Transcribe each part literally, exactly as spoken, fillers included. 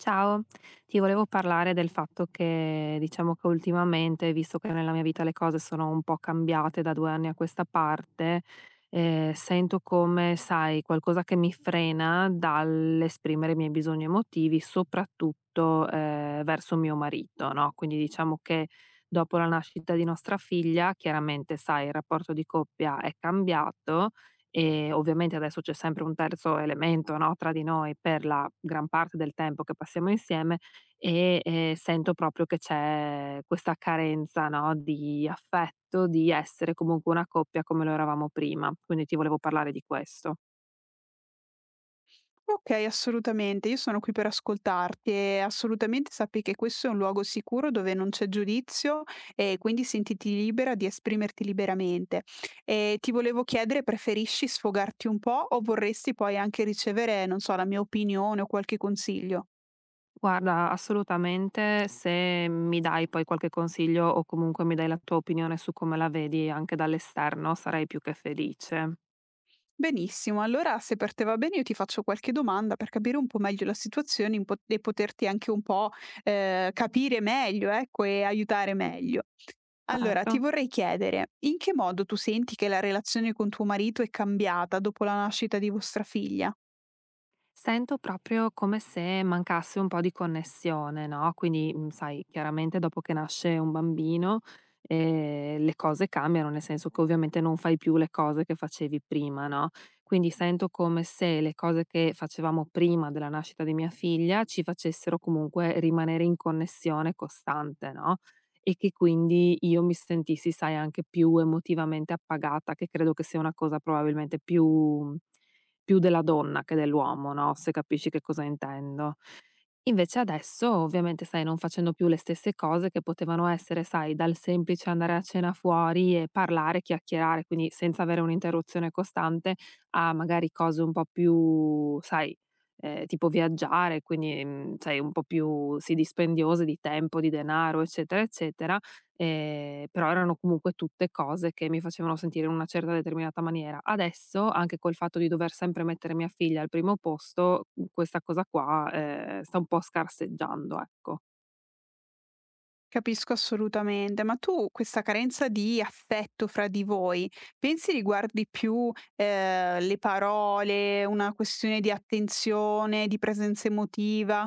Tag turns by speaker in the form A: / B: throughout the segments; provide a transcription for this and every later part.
A: Ciao, ti volevo parlare del fatto che diciamo che ultimamente, visto che nella mia vita le cose sono un po' cambiate da due anni a questa parte, ehm, sento come, sai, qualcosa che mi frena dall'esprimere i miei bisogni emotivi, soprattutto, ehm, verso mio marito, no, quindi diciamo che dopo la nascita di nostra figlia, chiaramente, sai, il rapporto di coppia è cambiato e ovviamente adesso c'è sempre un terzo elemento, no, tra di noi per la gran parte del tempo che passiamo insieme e, ehm, sento proprio che c'è questa carenza, no, di affetto, di essere comunque una coppia come lo eravamo prima. Quindi ti volevo parlare di questo.
B: Okay, assolutamente. Io sono qui per ascoltarti e assolutamente sappi che questo è un luogo sicuro dove non c'è giudizio e quindi sentiti libera di esprimerti liberamente. E ti volevo chiedere, preferisci sfogarti un po' o vorresti poi anche ricevere, non so, la mia opinione o qualche consiglio?
A: Guarda, assolutamente, se mi dai poi qualche consiglio o comunque mi dai la tua opinione su come la vedi anche dall'esterno, sarei più che felice.
B: Benissimo, allora se per te va bene io ti faccio qualche domanda per capire un po' meglio la situazione in po e poterti anche un po', ehm, capire meglio, ecco, e aiutare meglio. Allora,
A: Certo.
B: ti vorrei chiedere, in che modo tu senti che la relazione con tuo marito è cambiata dopo la nascita di vostra figlia?
A: Sento proprio come se mancasse un po' di connessione, no, quindi, mhmm, sai, chiaramente dopo che nasce un bambino, ehm, le cose cambiano, nel senso che ovviamente non fai più le cose che facevi prima, no, quindi sento come se le cose che facevamo prima della nascita di mia figlia ci facessero comunque rimanere in connessione costante, no, e che quindi io mi sentissi, sai, anche più emotivamente appagata, che credo che sia una cosa probabilmente più mhmm, più della donna che dell'uomo, no, se capisci che cosa intendo. Invece adesso, ovviamente, sai, non facendo più le stesse cose che potevano essere, sai, dal semplice andare a cena fuori e parlare, chiacchierare, quindi senza avere un'interruzione costante, a magari cose un po' più, sai, ehm, tipo viaggiare, quindi, mhmm, sai, un po' più, sì, dispendiose di tempo, di denaro, eccetera, eccetera, ehm, però erano comunque tutte cose che mi facevano sentire in una certa determinata maniera. Adesso, anche col fatto di dover sempre mettere mia figlia al primo posto, questa cosa qua, ehm, sta un po' scarseggiando, ecco.
B: Capisco assolutamente, ma tu questa carenza di affetto fra di voi, pensi riguardi più eh, le parole, una questione di attenzione, di presenza emotiva?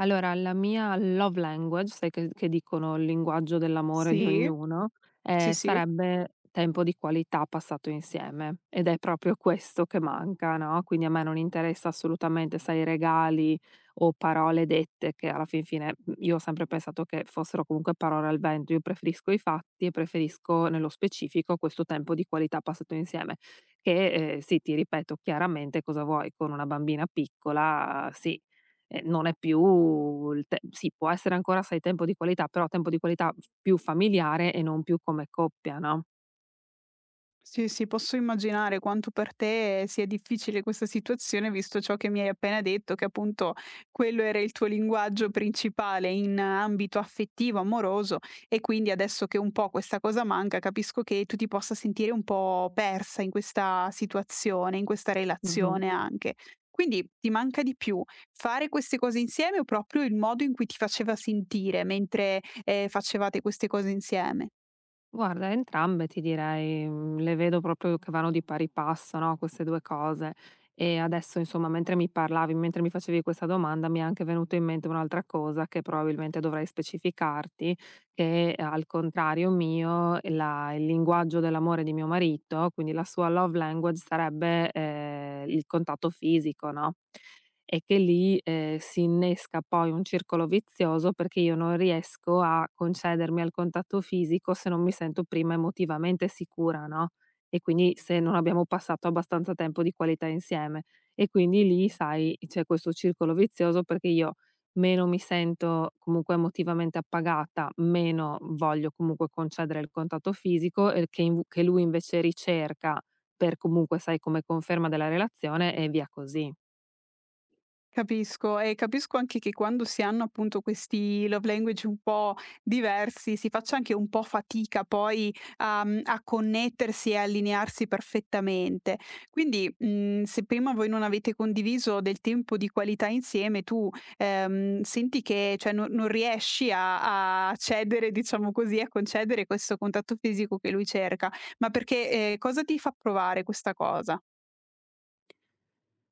A: Allora, la mia love language, sai che che dicono il linguaggio dell'amore di
B: Sì,
A: ognuno,
B: sì,
A: ehm,
B: sì.
A: sarebbe tempo di qualità passato insieme, ed è proprio questo che manca, no, quindi a me non interessa assolutamente, sai, regali o parole dette che alla fin fine, mhmm, io ho sempre pensato che fossero comunque parole al vento. Io preferisco i fatti e preferisco nello specifico questo tempo di qualità passato insieme che, ehm, sì, ti ripeto chiaramente cosa vuoi con una bambina piccola, sì, Ehm, non è più il te sì, può essere ancora, sai, tempo di qualità, però tempo di qualità f più familiare e non più come coppia, no?
B: Sì, sì, posso immaginare quanto per te sia difficile questa situazione, visto ciò che mi hai appena detto, che appunto quello era il tuo linguaggio principale in ambito affettivo, amoroso, e quindi adesso che un po' questa cosa manca, capisco che tu ti possa sentire un po' persa in questa situazione, in questa
A: Mh-mh.
B: relazione anche. Quindi ti manca di più fare queste cose insieme o proprio il modo in cui ti faceva sentire mentre eh, facevate queste cose insieme?
A: Guarda, entrambe ti direi, mhmm, le vedo proprio che vanno di pari passo, no, queste due cose. E adesso insomma mentre mi parlavi, mentre mi facevi questa domanda, mi è anche venuto in mente un'altra cosa che probabilmente dovrei specificarti, che eh, al contrario mio la il linguaggio dell'amore di mio marito, quindi la sua love language sarebbe, ehm, il contatto fisico, no e che lì, ehm, si innesca poi un circolo vizioso perché io non riesco a concedermi al contatto fisico se non mi sento prima emotivamente sicura, no, e quindi se non abbiamo passato abbastanza tempo di qualità insieme. E quindi lì, sai, c'è questo circolo vizioso perché io meno mi sento comunque emotivamente appagata, meno voglio comunque concedere il contatto fisico e che inv che lui invece ricerca per comunque, sai, come conferma della relazione e via così.
B: Capisco e capisco anche che quando si hanno appunto questi love language un po' diversi, si faccia anche un po' fatica poi a mhmm, a connettersi e allinearsi perfettamente. Quindi, mhmm, se prima voi non avete condiviso del tempo di qualità insieme, tu, ehm, senti che cioè non non riesci a a cedere, diciamo così, a concedere questo contatto fisico che lui cerca, ma perché ehm, cosa ti fa provare questa cosa?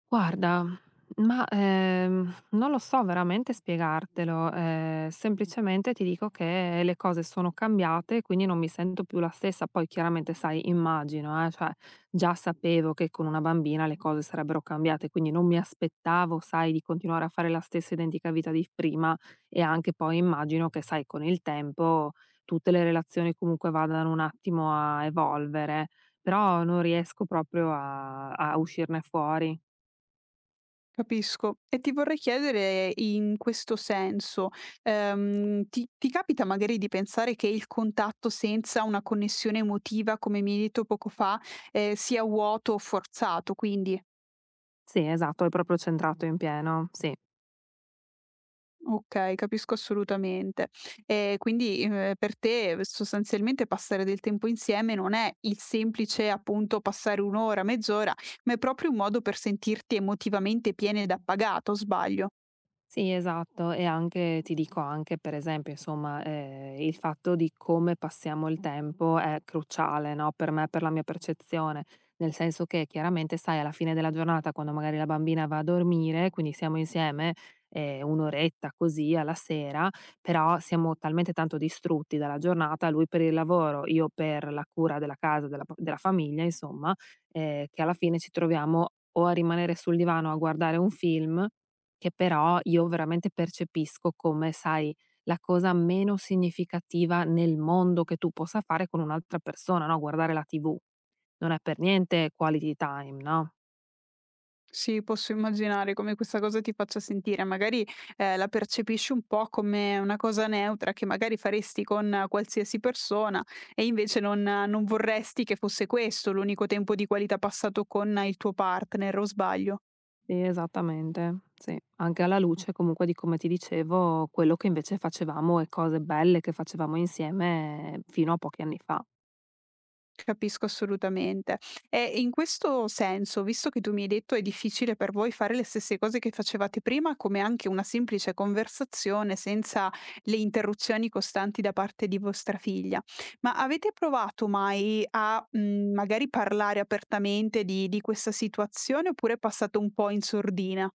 A: Guarda, ma, ehm, non lo so veramente spiegartelo, ehm, semplicemente ti dico che le cose sono cambiate, quindi non mi sento più la stessa. Poi chiaramente sai, immagino, eh, cioè già sapevo che con una bambina le cose sarebbero cambiate, quindi non mi aspettavo, sai, di continuare a fare la stessa identica vita di prima e anche poi immagino che, sai, con il tempo tutte le relazioni comunque vadano un attimo a evolvere, però non riesco proprio a a uscirne fuori.
B: Capisco. E ti vorrei chiedere in questo senso, ehm, ti, ti capita magari di pensare che il contatto senza una connessione emotiva, come mi hai detto poco fa, eh, sia vuoto o forzato? Quindi,
A: Sì, esatto, hai proprio centrato in pieno, sì.
B: ok, capisco assolutamente. Eh, quindi eh, per te sostanzialmente passare del tempo insieme non è il semplice appunto passare un'ora, mezz'ora, ma è proprio un modo per sentirti emotivamente piena ed appagata, o sbaglio?
A: Sì, esatto. E anche ti dico anche per esempio, insomma, ehm, il fatto di come passiamo il tempo è cruciale, no, per me, per la mia percezione. Nel senso che chiaramente, sai, alla fine della giornata quando magari la bambina va a dormire, quindi siamo insieme, ehm, un' oretta così alla sera, però siamo talmente tanto distrutti dalla giornata, lui per il lavoro, io per la cura della casa, della p della famiglia insomma, ehm, che alla fine ci troviamo o a rimanere sul divano a guardare un film che però io veramente percepisco come, sai, la cosa meno significativa nel mondo che tu possa fare con un'altra persona, no, guardare la T V. Non è per niente quality time, no?
B: Sì, posso immaginare come questa cosa ti faccia sentire, magari, ehm, la percepisci un po' come una cosa neutra che magari faresti con eh, qualsiasi persona e invece non eh, non vorresti che fosse questo l'unico tempo di qualità passato con eh, il tuo partner, o sbaglio?
A: Sì, esattamente. Sì, anche alla luce comunque di come ti dicevo, quello che invece facevamo e cose belle che facevamo insieme fino a pochi anni fa.
B: Capisco assolutamente. E in questo senso, visto che tu mi hai detto è difficile per voi fare le stesse cose che facevate prima, come anche una semplice conversazione senza le interruzioni costanti da parte di vostra figlia, ma avete provato mai a mh, magari parlare apertamente di, di questa situazione oppure è passato un po' in sordina?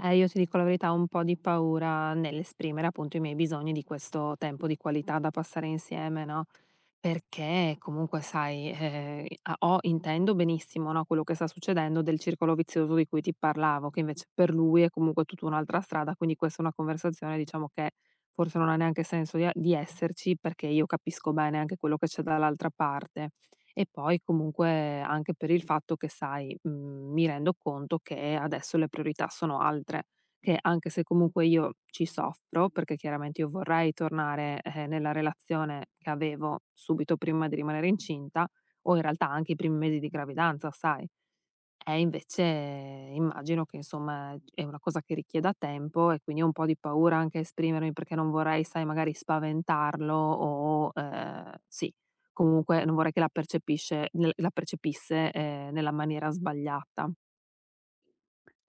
A: Eh, io ti dico la verità, ho un po' di paura nell'esprimere appunto i miei bisogni di questo tempo di qualità da passare insieme, no, perché comunque sai, ehm, a ho intendo benissimo, no, quello che sta succedendo del circolo vizioso di cui ti parlavo, che invece per lui è comunque tutta un'altra strada, quindi questa è una conversazione diciamo che forse non ha neanche senso di a di esserci, perché io capisco bene anche quello che c'è dall'altra parte. E poi comunque anche per il fatto che sai, mhmm, mi rendo conto che adesso le priorità sono altre, che anche se comunque io ci soffro, perché chiaramente io vorrei tornare, eh, nella relazione che avevo subito prima di rimanere incinta, o in realtà anche i primi mesi di gravidanza, sai? Eh, invece immagino che insomma è una cosa che richieda tempo e quindi ho un po' di paura anche a esprimermi perché non vorrei, sai, magari spaventarlo o ehm, sì, comunque non vorrei che la percepisce nel la percepisse, ehm, nella maniera sbagliata.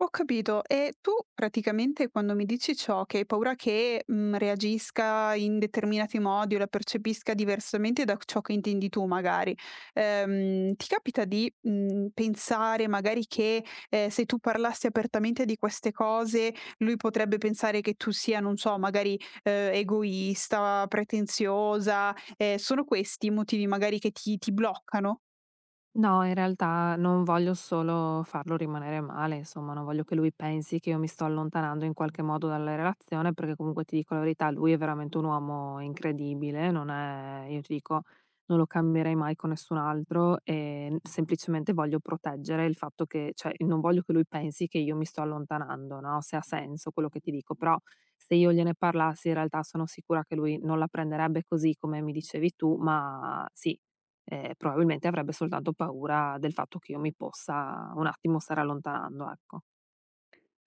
B: Ho capito. E tu praticamente quando mi dici ciò, che hai paura che, mhmm, reagisca in determinati modi o la percepisca diversamente da ciò che intendi tu magari, ehm, ti capita di, mhmm, pensare magari che, ehm, se tu parlassi apertamente di queste cose, lui potrebbe pensare che tu sia, non so, magari, ehm, egoista, pretenziosa, ehm, sono questi i motivi magari che ti ti bloccano?
A: No, in realtà non voglio solo farlo rimanere male, insomma, non voglio che lui pensi che io mi sto allontanando in qualche modo dalla relazione, perché comunque ti dico la verità, lui è veramente un uomo incredibile, non è, io ti dico, non lo cambierei mai con nessun altro e semplicemente voglio proteggere il fatto che, cioè, non voglio che lui pensi che io mi sto allontanando, no? Se ha senso quello che ti dico, però se io gliene parlassi, in realtà sono sicura che lui non la prenderebbe così come mi dicevi tu, ma sì ehm, probabilmente avrebbe soltanto paura del fatto che io mi possa un attimo stare allontanando, ecco.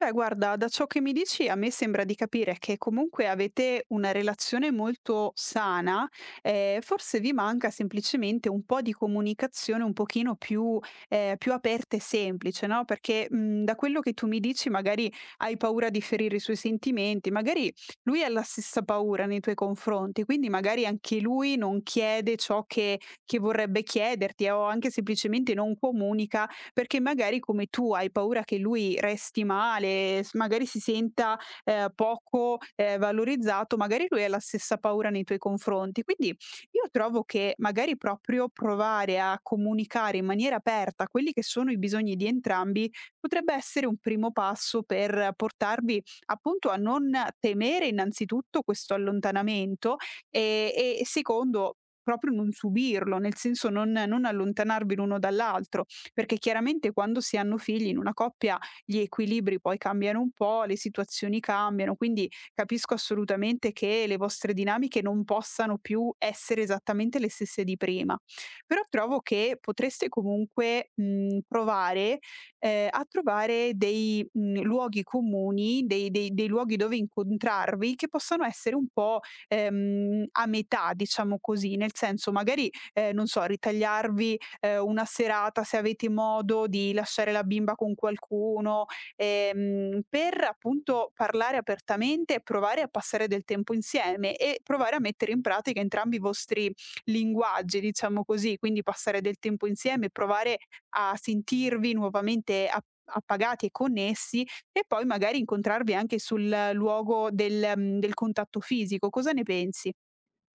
B: Beh, guarda, da ciò che mi dici a me sembra di capire che comunque avete una relazione molto sana, eh, forse vi manca semplicemente un po' di comunicazione un pochino più, eh, più aperta e semplice, no? Perché mh, da quello che tu mi dici magari hai paura di ferire i suoi sentimenti, magari lui ha la stessa paura nei tuoi confronti, quindi magari anche lui non chiede ciò che, che vorrebbe chiederti eh, o anche semplicemente non comunica perché magari come tu hai paura che lui resti male, s magari si senta, ehm, poco, ehm, valorizzato, magari lui ha la stessa paura nei tuoi confronti. Quindi io trovo che magari proprio provare a comunicare in maniera aperta quelli che sono i bisogni di entrambi, potrebbe essere un primo passo per portarvi appunto a non temere innanzitutto questo allontanamento e e secondo proprio non subirlo, nel senso non non allontanarvi l'uno dall'altro perché chiaramente quando si hanno figli in una coppia gli equilibri poi cambiano un po', le situazioni cambiano, quindi capisco assolutamente che le vostre dinamiche non possano più essere esattamente le stesse di prima. Però trovo che potreste comunque mh, provare eh, a trovare dei mh, luoghi comuni, dei, dei- dei luoghi dove incontrarvi che possano essere un po' ehm, a metà, diciamo così, nel senso magari, eh, non so, ritagliarvi ehm, una serata, se avete modo di lasciare la bimba con qualcuno, ehm, per appunto parlare apertamente e provare a passare del tempo insieme e provare a mettere in pratica entrambi i vostri linguaggi, diciamo così, quindi passare del tempo insieme, provare a sentirvi nuovamente a appagati e connessi e poi magari incontrarvi anche sul luogo del mhmm, del contatto fisico. Cosa ne pensi?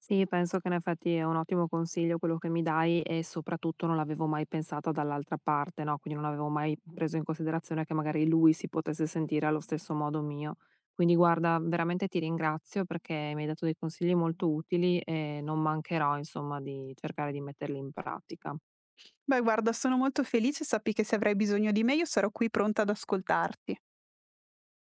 A: Sì, penso che in effetti è un ottimo consiglio quello che mi dai e soprattutto non l'avevo mai pensata dall'altra parte, no, quindi non avevo mai preso in considerazione che magari lui si potesse sentire allo stesso modo mio. Quindi guarda, veramente ti ringrazio perché mi hai dato dei consigli molto utili e non mancherò, insomma, di cercare di metterli in pratica.
B: Beh guarda, sono molto felice, sappi che se avrai bisogno di me io sarò qui pronta ad ascoltarti.